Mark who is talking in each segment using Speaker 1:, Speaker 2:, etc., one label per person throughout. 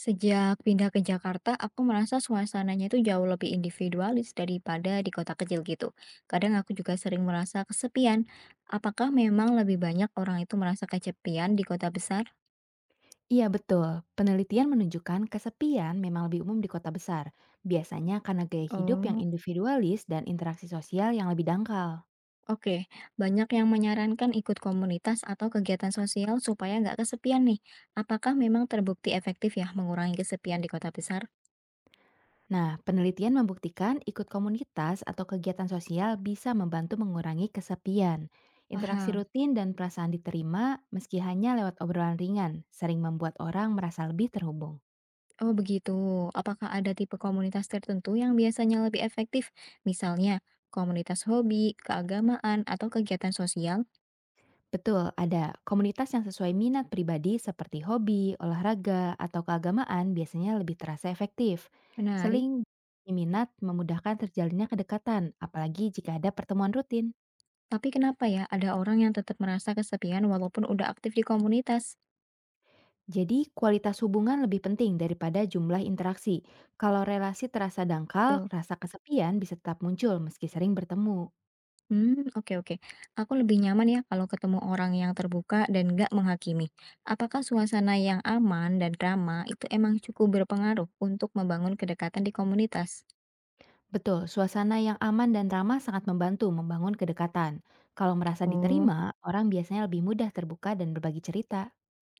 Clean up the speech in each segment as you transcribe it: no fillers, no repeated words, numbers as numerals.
Speaker 1: Sejak pindah ke Jakarta, aku merasa suasananya itu jauh lebih individualis daripada di kota kecil gitu. Kadang aku juga sering merasa kesepian. Apakah memang lebih banyak orang itu merasa kesepian di kota besar?
Speaker 2: Iya betul, penelitian menunjukkan kesepian memang lebih umum di kota besar, biasanya karena gaya hidup yang
Speaker 1: Oh,
Speaker 2: individualis dan interaksi sosial yang lebih dangkal.
Speaker 1: oke. Banyak yang menyarankan ikut komunitas atau kegiatan sosial supaya nggak kesepian nih. Apakah memang terbukti efektif ya mengurangi kesepian di kota besar?
Speaker 2: Nah, penelitian membuktikan ikut komunitas atau kegiatan sosial bisa membantu mengurangi kesepian. Interaksi
Speaker 1: Paham.
Speaker 2: rutin dan perasaan diterima meski hanya lewat obrolan ringan, sering membuat orang merasa lebih terhubung.
Speaker 1: Oh begitu. Apakah ada tipe komunitas tertentu yang biasanya lebih efektif? Misalnya, komunitas hobi, keagamaan, atau kegiatan sosial?
Speaker 2: Betul, ada komunitas yang sesuai minat pribadi seperti hobi, olahraga, atau keagamaan biasanya lebih terasa efektif.
Speaker 1: Menarik.
Speaker 2: Seling minat memudahkan terjalinnya kedekatan, apalagi jika ada pertemuan rutin.
Speaker 1: Tapi kenapa ya ada orang yang tetap merasa kesepian walaupun udah aktif di komunitas?
Speaker 2: Jadi, kualitas hubungan lebih penting daripada jumlah interaksi. Kalau relasi terasa dangkal,
Speaker 1: Betul.
Speaker 2: rasa kesepian bisa tetap muncul meski sering bertemu.
Speaker 1: Hmm, oke oke. Aku lebih nyaman ya kalau ketemu orang yang terbuka dan nggak menghakimi. Apakah suasana yang aman dan drama itu emang cukup berpengaruh untuk membangun kedekatan di komunitas?
Speaker 2: Betul, suasana yang aman dan ramah sangat membantu membangun kedekatan. Kalau merasa
Speaker 1: Oh,
Speaker 2: diterima, orang biasanya lebih mudah terbuka dan berbagi cerita.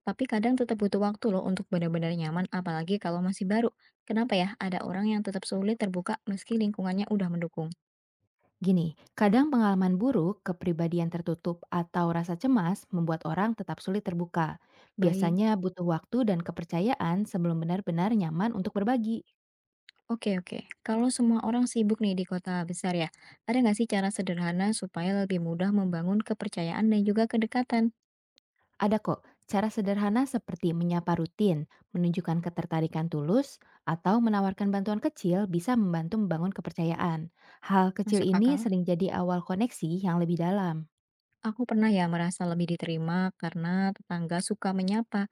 Speaker 1: tapi kadang tetap butuh waktu loh untuk benar-benar nyaman, apalagi kalau masih baru. Kenapa ya ada orang yang tetap sulit terbuka meski lingkungannya udah mendukung?
Speaker 2: Gini, kadang pengalaman buruk, kepribadian tertutup, atau rasa cemas membuat orang tetap sulit terbuka.
Speaker 1: Baik,
Speaker 2: Biasanya butuh waktu dan kepercayaan sebelum benar-benar nyaman untuk berbagi.
Speaker 1: oke oke. Kalau semua orang sibuk nih di kota besar ya, ada nggak sih cara sederhana supaya lebih mudah membangun kepercayaan dan juga kedekatan?
Speaker 2: Ada kok cara sederhana seperti menyapa rutin, menunjukkan ketertarikan tulus, atau menawarkan bantuan kecil bisa membantu membangun kepercayaan. Hal kecil
Speaker 1: Masuk
Speaker 2: ini
Speaker 1: akal?
Speaker 2: sering jadi awal koneksi yang lebih dalam.
Speaker 1: Aku pernah ya merasa lebih diterima karena tetangga suka menyapa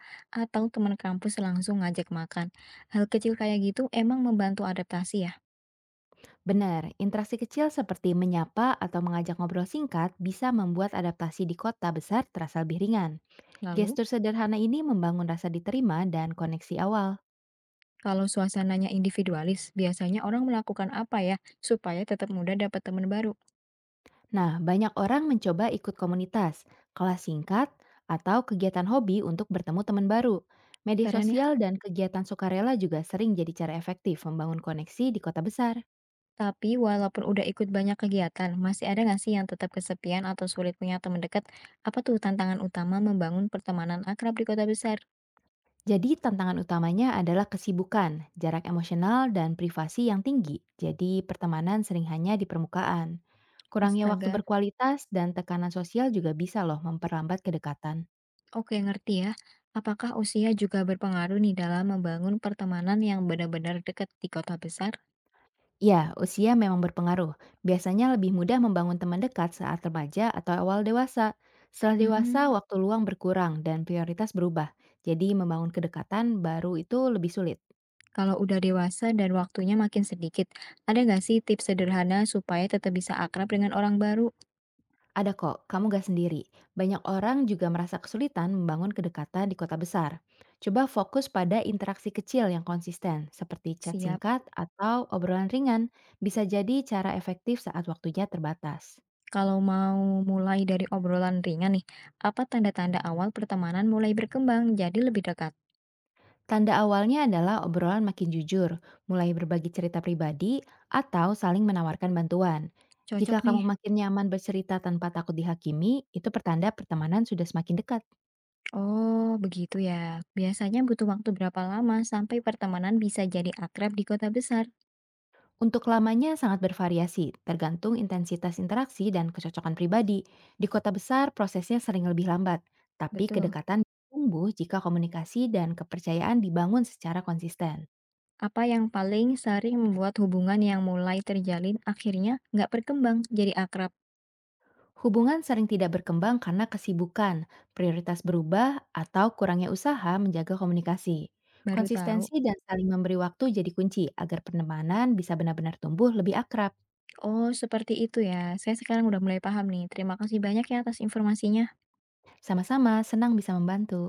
Speaker 1: atau teman kampus langsung ngajak makan. Hal kecil kayak gitu emang membantu adaptasi ya.
Speaker 2: Benar, interaksi kecil seperti menyapa atau mengajak ngobrol singkat bisa membuat adaptasi di kota besar terasa lebih ringan.
Speaker 1: Lalu?
Speaker 2: Gestur sederhana ini membangun rasa diterima dan koneksi awal.
Speaker 1: Kalau suasananya individualis, biasanya orang melakukan apa ya supaya tetap mudah dapat teman baru?
Speaker 2: Nah, banyak orang mencoba ikut komunitas, kelas singkat, atau kegiatan hobi untuk bertemu teman baru. Media
Speaker 1: Keren ya.
Speaker 2: sosial dan kegiatan sukarela juga sering jadi cara efektif membangun koneksi di kota besar.
Speaker 1: Tapi walaupun udah ikut banyak kegiatan, masih ada nggak sih yang tetap kesepian atau sulit punya teman dekat? Apa tuh tantangan utama membangun pertemanan akrab di kota besar?
Speaker 2: Jadi tantangan utamanya adalah kesibukan, jarak emosional, dan privasi yang tinggi. Jadi pertemanan sering hanya di permukaan. Kurangnya waktu
Speaker 1: Astaga,
Speaker 2: berkualitas dan tekanan sosial juga bisa loh memperlambat kedekatan.
Speaker 1: oke ngerti ya. Apakah usia juga berpengaruh nih dalam membangun pertemanan yang benar-benar dekat di kota besar?
Speaker 2: Ya, usia memang berpengaruh. Biasanya lebih mudah membangun teman dekat saat remaja atau awal dewasa. Setelah dewasa,
Speaker 1: Hmm,
Speaker 2: waktu luang berkurang dan prioritas berubah. Jadi membangun kedekatan baru itu lebih sulit.
Speaker 1: kalau udah dewasa dan waktunya makin sedikit, ada nggak sih tips sederhana supaya tetap bisa akrab dengan orang baru?
Speaker 2: Ada kok, kamu gak sendiri. Banyak orang juga merasa kesulitan membangun kedekatan di kota besar. Coba fokus pada interaksi kecil yang konsisten, seperti chat
Speaker 1: Siap.
Speaker 2: singkat atau obrolan ringan, bisa jadi cara efektif saat waktunya terbatas.
Speaker 1: Kalau mau mulai dari obrolan ringan nih, apa tanda-tanda awal pertemanan mulai berkembang jadi lebih dekat?
Speaker 2: Tanda awalnya adalah obrolan makin jujur, mulai berbagi cerita pribadi, atau saling menawarkan bantuan. Jika
Speaker 1: Cocok
Speaker 2: kamu
Speaker 1: nih.
Speaker 2: makin nyaman bercerita tanpa takut dihakimi, itu pertanda pertemanan sudah semakin dekat.
Speaker 1: Oh, begitu ya. Biasanya butuh waktu berapa lama sampai pertemanan bisa jadi akrab di kota besar?
Speaker 2: Untuk lamanya sangat bervariasi, tergantung intensitas interaksi dan kecocokan pribadi. Di kota besar, prosesnya sering lebih lambat, tapi
Speaker 1: Betul.
Speaker 2: kedekatan tumbuh jika komunikasi dan kepercayaan dibangun secara konsisten.
Speaker 1: Apa yang paling sering membuat hubungan yang mulai terjalin akhirnya nggak berkembang jadi akrab?
Speaker 2: Hubungan sering tidak berkembang karena kesibukan, prioritas berubah, atau kurangnya usaha menjaga komunikasi.
Speaker 1: Baru tahu.
Speaker 2: Konsistensi dan saling memberi waktu jadi kunci agar pertemanan bisa benar-benar tumbuh lebih akrab.
Speaker 1: Oh, seperti itu ya. Saya sekarang udah mulai paham nih. Terima kasih banyak ya atas informasinya.
Speaker 2: Sama-sama senang bisa membantu.